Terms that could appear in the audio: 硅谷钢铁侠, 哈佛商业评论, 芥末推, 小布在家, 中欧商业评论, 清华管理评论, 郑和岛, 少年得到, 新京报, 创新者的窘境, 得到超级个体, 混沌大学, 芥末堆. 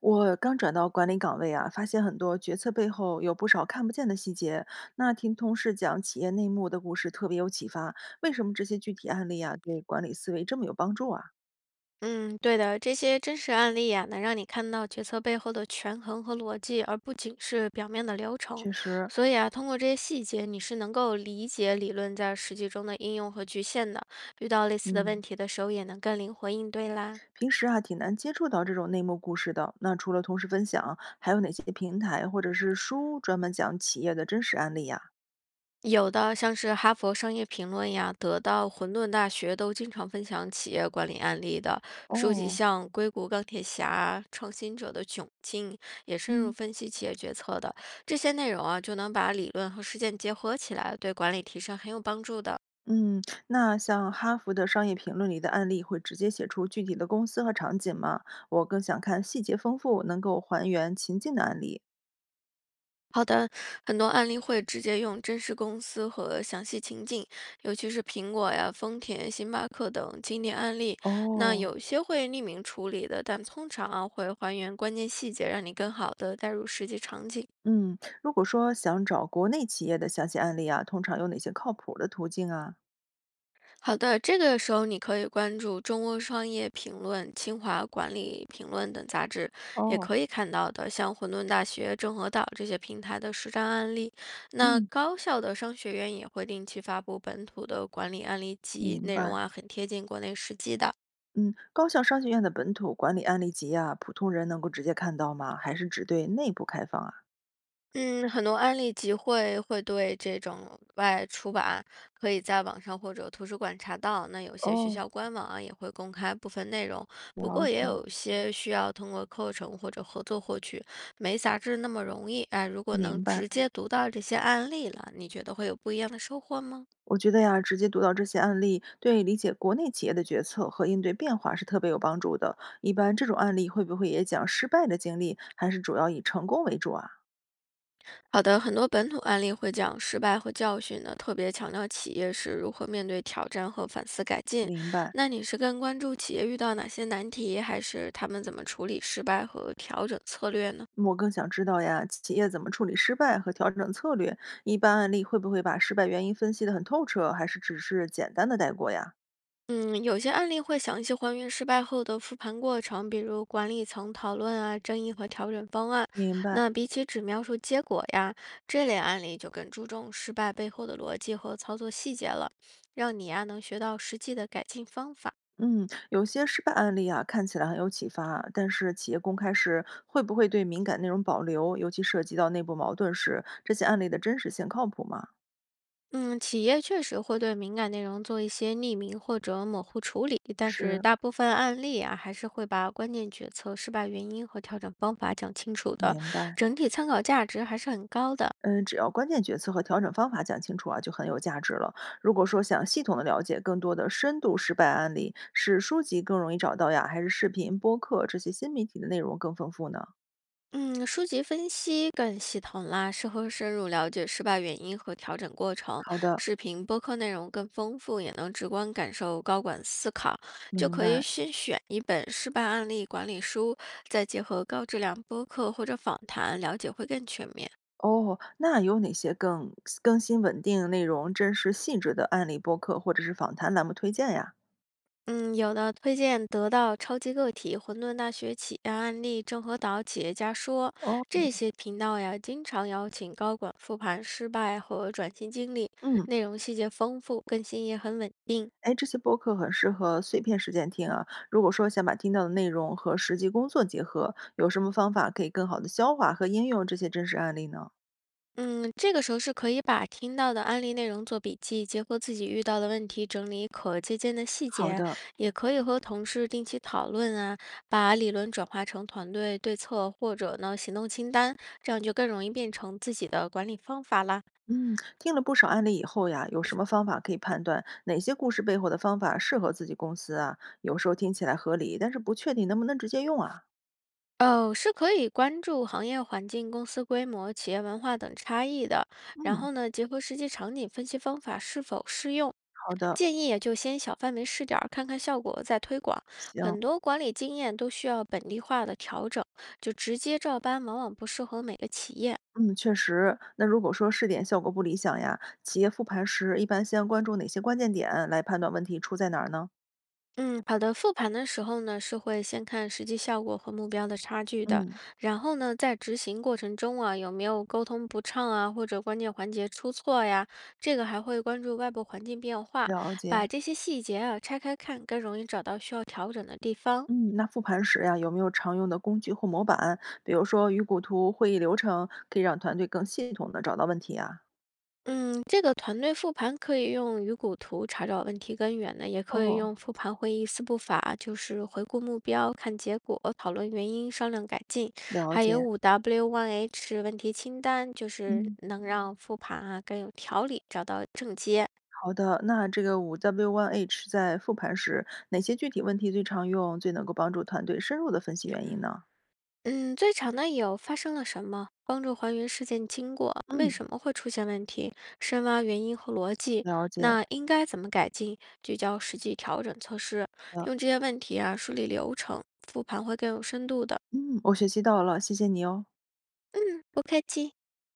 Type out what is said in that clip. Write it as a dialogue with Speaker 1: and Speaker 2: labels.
Speaker 1: 我刚转到管理岗位啊，发现很多决策背后有不少看不见的细节。那听同事讲企业内幕的故事，特别有启发。为什么这些具体案例啊，对管理思维这么有帮助啊？
Speaker 2: 嗯，对的，这些真实案例呀、能让你看到决策背后的权衡和逻辑，而不仅是表面的流程。
Speaker 1: 确实，
Speaker 2: 所以啊，通过这些细节，你是能够理解理论在实际中的应用和局限的。遇到类似的
Speaker 1: 嗯，
Speaker 2: 问题的时候，也能更灵活应对啦。
Speaker 1: 平时啊挺难接触到这种内幕故事的。那除了同事分享，还有哪些平台或者是书专门讲企业的真实案例呀、
Speaker 2: 有的像是《哈佛商业评论》呀，得到混沌大学都经常分享企业管理案例的书籍，
Speaker 1: 哦，
Speaker 2: 像《硅谷钢铁侠》《创新者的窘境》，也深入
Speaker 1: 嗯。
Speaker 2: 分析企业决策的这些内容啊，就能把理论和实践结合起来，对管理提升很有帮助的。
Speaker 1: 嗯，那像哈佛的商业评论里的案例，会直接写出具体的公司和场景吗？我更想看细节丰富、能够还原情境的案例。
Speaker 2: 好的，很多案例会直接用真实公司和详细情境，尤其是苹果呀、丰田、星巴克等经典案例。那
Speaker 1: 哦，
Speaker 2: 有些会匿名处理的，但通常啊会还原关键细节，让你更好的带入实际场景。
Speaker 1: 嗯，如果说想找国内企业的详细案例啊，通常有哪些靠谱的途径啊？
Speaker 2: 好的，这个时候你可以关注《中欧商业评论》《清华管理评论》等杂志，也
Speaker 1: 哦，
Speaker 2: 可以看到的，像混沌大学、郑和岛这些平台的实战案例。那
Speaker 1: 嗯，
Speaker 2: 高校的商学院也会定期发布本土的管理案例集，
Speaker 1: 明
Speaker 2: 内容
Speaker 1: 白。
Speaker 2: 啊很贴近国内实际的。
Speaker 1: 嗯，高校商学院的本土管理案例集啊，普通人能够直接看到吗？还是只对内部开放啊？
Speaker 2: 嗯，很多案例集会对这种外出版可以在网上或者图书馆查到。那有些学
Speaker 1: 哦，
Speaker 2: 校官网啊也会公开部分内容，不
Speaker 1: 了
Speaker 2: 过也
Speaker 1: 解。
Speaker 2: 有些需要通过课程或者合作获取，没杂志那么容易。哎，如果能
Speaker 1: 明白。
Speaker 2: 直接读到这些案例了，你觉得会有不一样的收获吗？
Speaker 1: 我觉得呀，直接读到这些案例，对理解国内企业的决策和应对变化是特别有帮助的。一般这种案例会不会也讲失败的经历，还是主要以成功为主啊？
Speaker 2: 好的，很多本土案例会讲失败和教训呢，特别强调企业是如何面对挑战和反思改进。
Speaker 1: 明白。
Speaker 2: 那你是更关注企业遇到哪些难题，还是他们怎么处理失败和调整策略呢？
Speaker 1: 我更想知道呀，企业怎么处理失败和调整策略？一般案例会不会把失败原因分析得很透彻，还是只是简单的带过呀？
Speaker 2: 嗯，有些案例会详细还原失败后的复盘过程，比如管理层讨论啊、争议和调整方案。
Speaker 1: 明白。
Speaker 2: 那比起只描述结果呀，这类案例就更注重失败背后的逻辑和操作细节了，让你呀能学到实际的改进方法。
Speaker 1: 嗯，有些失败案例啊，看起来很有启发啊，但是企业公开时会不会对敏感内容保留，尤其涉及到内部矛盾时，这些案例的真实性靠谱吗？
Speaker 2: 嗯，企业确实会对敏感内容做一些匿名或者模糊处理，但是
Speaker 1: 是，
Speaker 2: 大部分案例啊，还是会把关键决策、失败原因和调整方法讲清楚的，
Speaker 1: 明白。
Speaker 2: 整体参考价值还是很高的。
Speaker 1: 嗯，只要关键决策和调整方法讲清楚啊，就很有价值了。如果说想系统的了解更多的深度失败案例，是书籍更容易找到呀，还是视频、播客这些新媒体的内容更丰富呢？
Speaker 2: 嗯，书籍分析更系统啦，适合深入了解失败原因和调整过程。
Speaker 1: 好的，
Speaker 2: 视频、播客内容更丰富，也能直观感受高管思考。就
Speaker 1: 明
Speaker 2: 可以
Speaker 1: 白。
Speaker 2: 先选一本失败案例管理书，再结合高质量播客或者访谈，了解会更全面。
Speaker 1: 哦，那有哪些更更新稳定、内容真实细致的案例播客或者是访谈栏目推荐呀？
Speaker 2: 嗯，有的推荐得到超级个体、混沌大学起呀案例、郑和岛企业家说
Speaker 1: 哦，
Speaker 2: 这些频道呀，经常邀请高管复盘失败和转型经历，
Speaker 1: 嗯，
Speaker 2: 内容细节丰富，更新也很稳定。
Speaker 1: 哎，这些播客很适合碎片时间听啊。如果说想把听到的内容和实际工作结合，有什么方法可以更好的消化和应用这些真实案例呢？
Speaker 2: 嗯，这个时候是可以把听到的案例内容做笔记，结合自己遇到的问题整理可借鉴的细
Speaker 1: 好
Speaker 2: 节，
Speaker 1: 的，
Speaker 2: 也可以和同事定期讨论啊，把理论转化成团队对策或者呢行动清单，这样就更容易变成自己的管理方法啦。
Speaker 1: 嗯，听了不少案例以后呀，有什么方法可以判断哪些故事背后的方法适合自己公司啊？有时候听起来合理，但是不确定能不能直接用啊。
Speaker 2: 哦，是可以关注行业环境、公司规模、企业文化等差异的。然
Speaker 1: 嗯，
Speaker 2: 后呢，结合实际场景分析方法是否适用，
Speaker 1: 好的，
Speaker 2: 建议也就先小范围试点儿，看看效果再推广。
Speaker 1: 行。
Speaker 2: 很多管理经验都需要本地化的调整，就直接照搬往往不适合每个企业。
Speaker 1: 嗯，确实。那如果说试点效果不理想呀，企业复盘时一般先关注哪些关键点来判断问题出在哪儿呢？
Speaker 2: 嗯，好的。复盘的时候呢，是会先看实际效果和目标的差距的，
Speaker 1: 嗯，
Speaker 2: 然后呢，在执行过程中啊，有没有沟通不畅啊，或者关键环节出错呀？这个还会关注外部环境变化，
Speaker 1: 了解。
Speaker 2: 把这些细节啊拆开看，更容易找到需要调整的地方。
Speaker 1: 嗯，那复盘时呀，有没有常用的工具或模板？比如说鱼骨图、会议流程，可以让团队更系统的找到问题啊。
Speaker 2: 嗯，这个团队复盘可以用鱼骨图查找问题根源呢，也可以
Speaker 1: 哦，
Speaker 2: 用复盘会议4步法，就是回顾目标、看结果、讨论原因、商量改进，
Speaker 1: 了
Speaker 2: 还有
Speaker 1: 解。
Speaker 2: 5W1H 问题清单，就是
Speaker 1: 嗯，
Speaker 2: 能让复盘啊更有条理，找到症结。
Speaker 1: 好的，那这个5W1H 在复盘时，哪些具体问题最常用，最能够帮助团队深入的分析原因呢？
Speaker 2: 嗯，最常的有发生了什么，帮助还原事件经过，为
Speaker 1: 嗯，
Speaker 2: 什么会出现问题，深挖原因和逻辑，
Speaker 1: 了解。
Speaker 2: 那应该怎么改进，聚焦实际调整措施，
Speaker 1: 呃。
Speaker 2: 用这些问题啊梳理流程，复盘会更有深度的。
Speaker 1: 嗯，我学习到了，谢谢你哦。
Speaker 2: 嗯，不客气。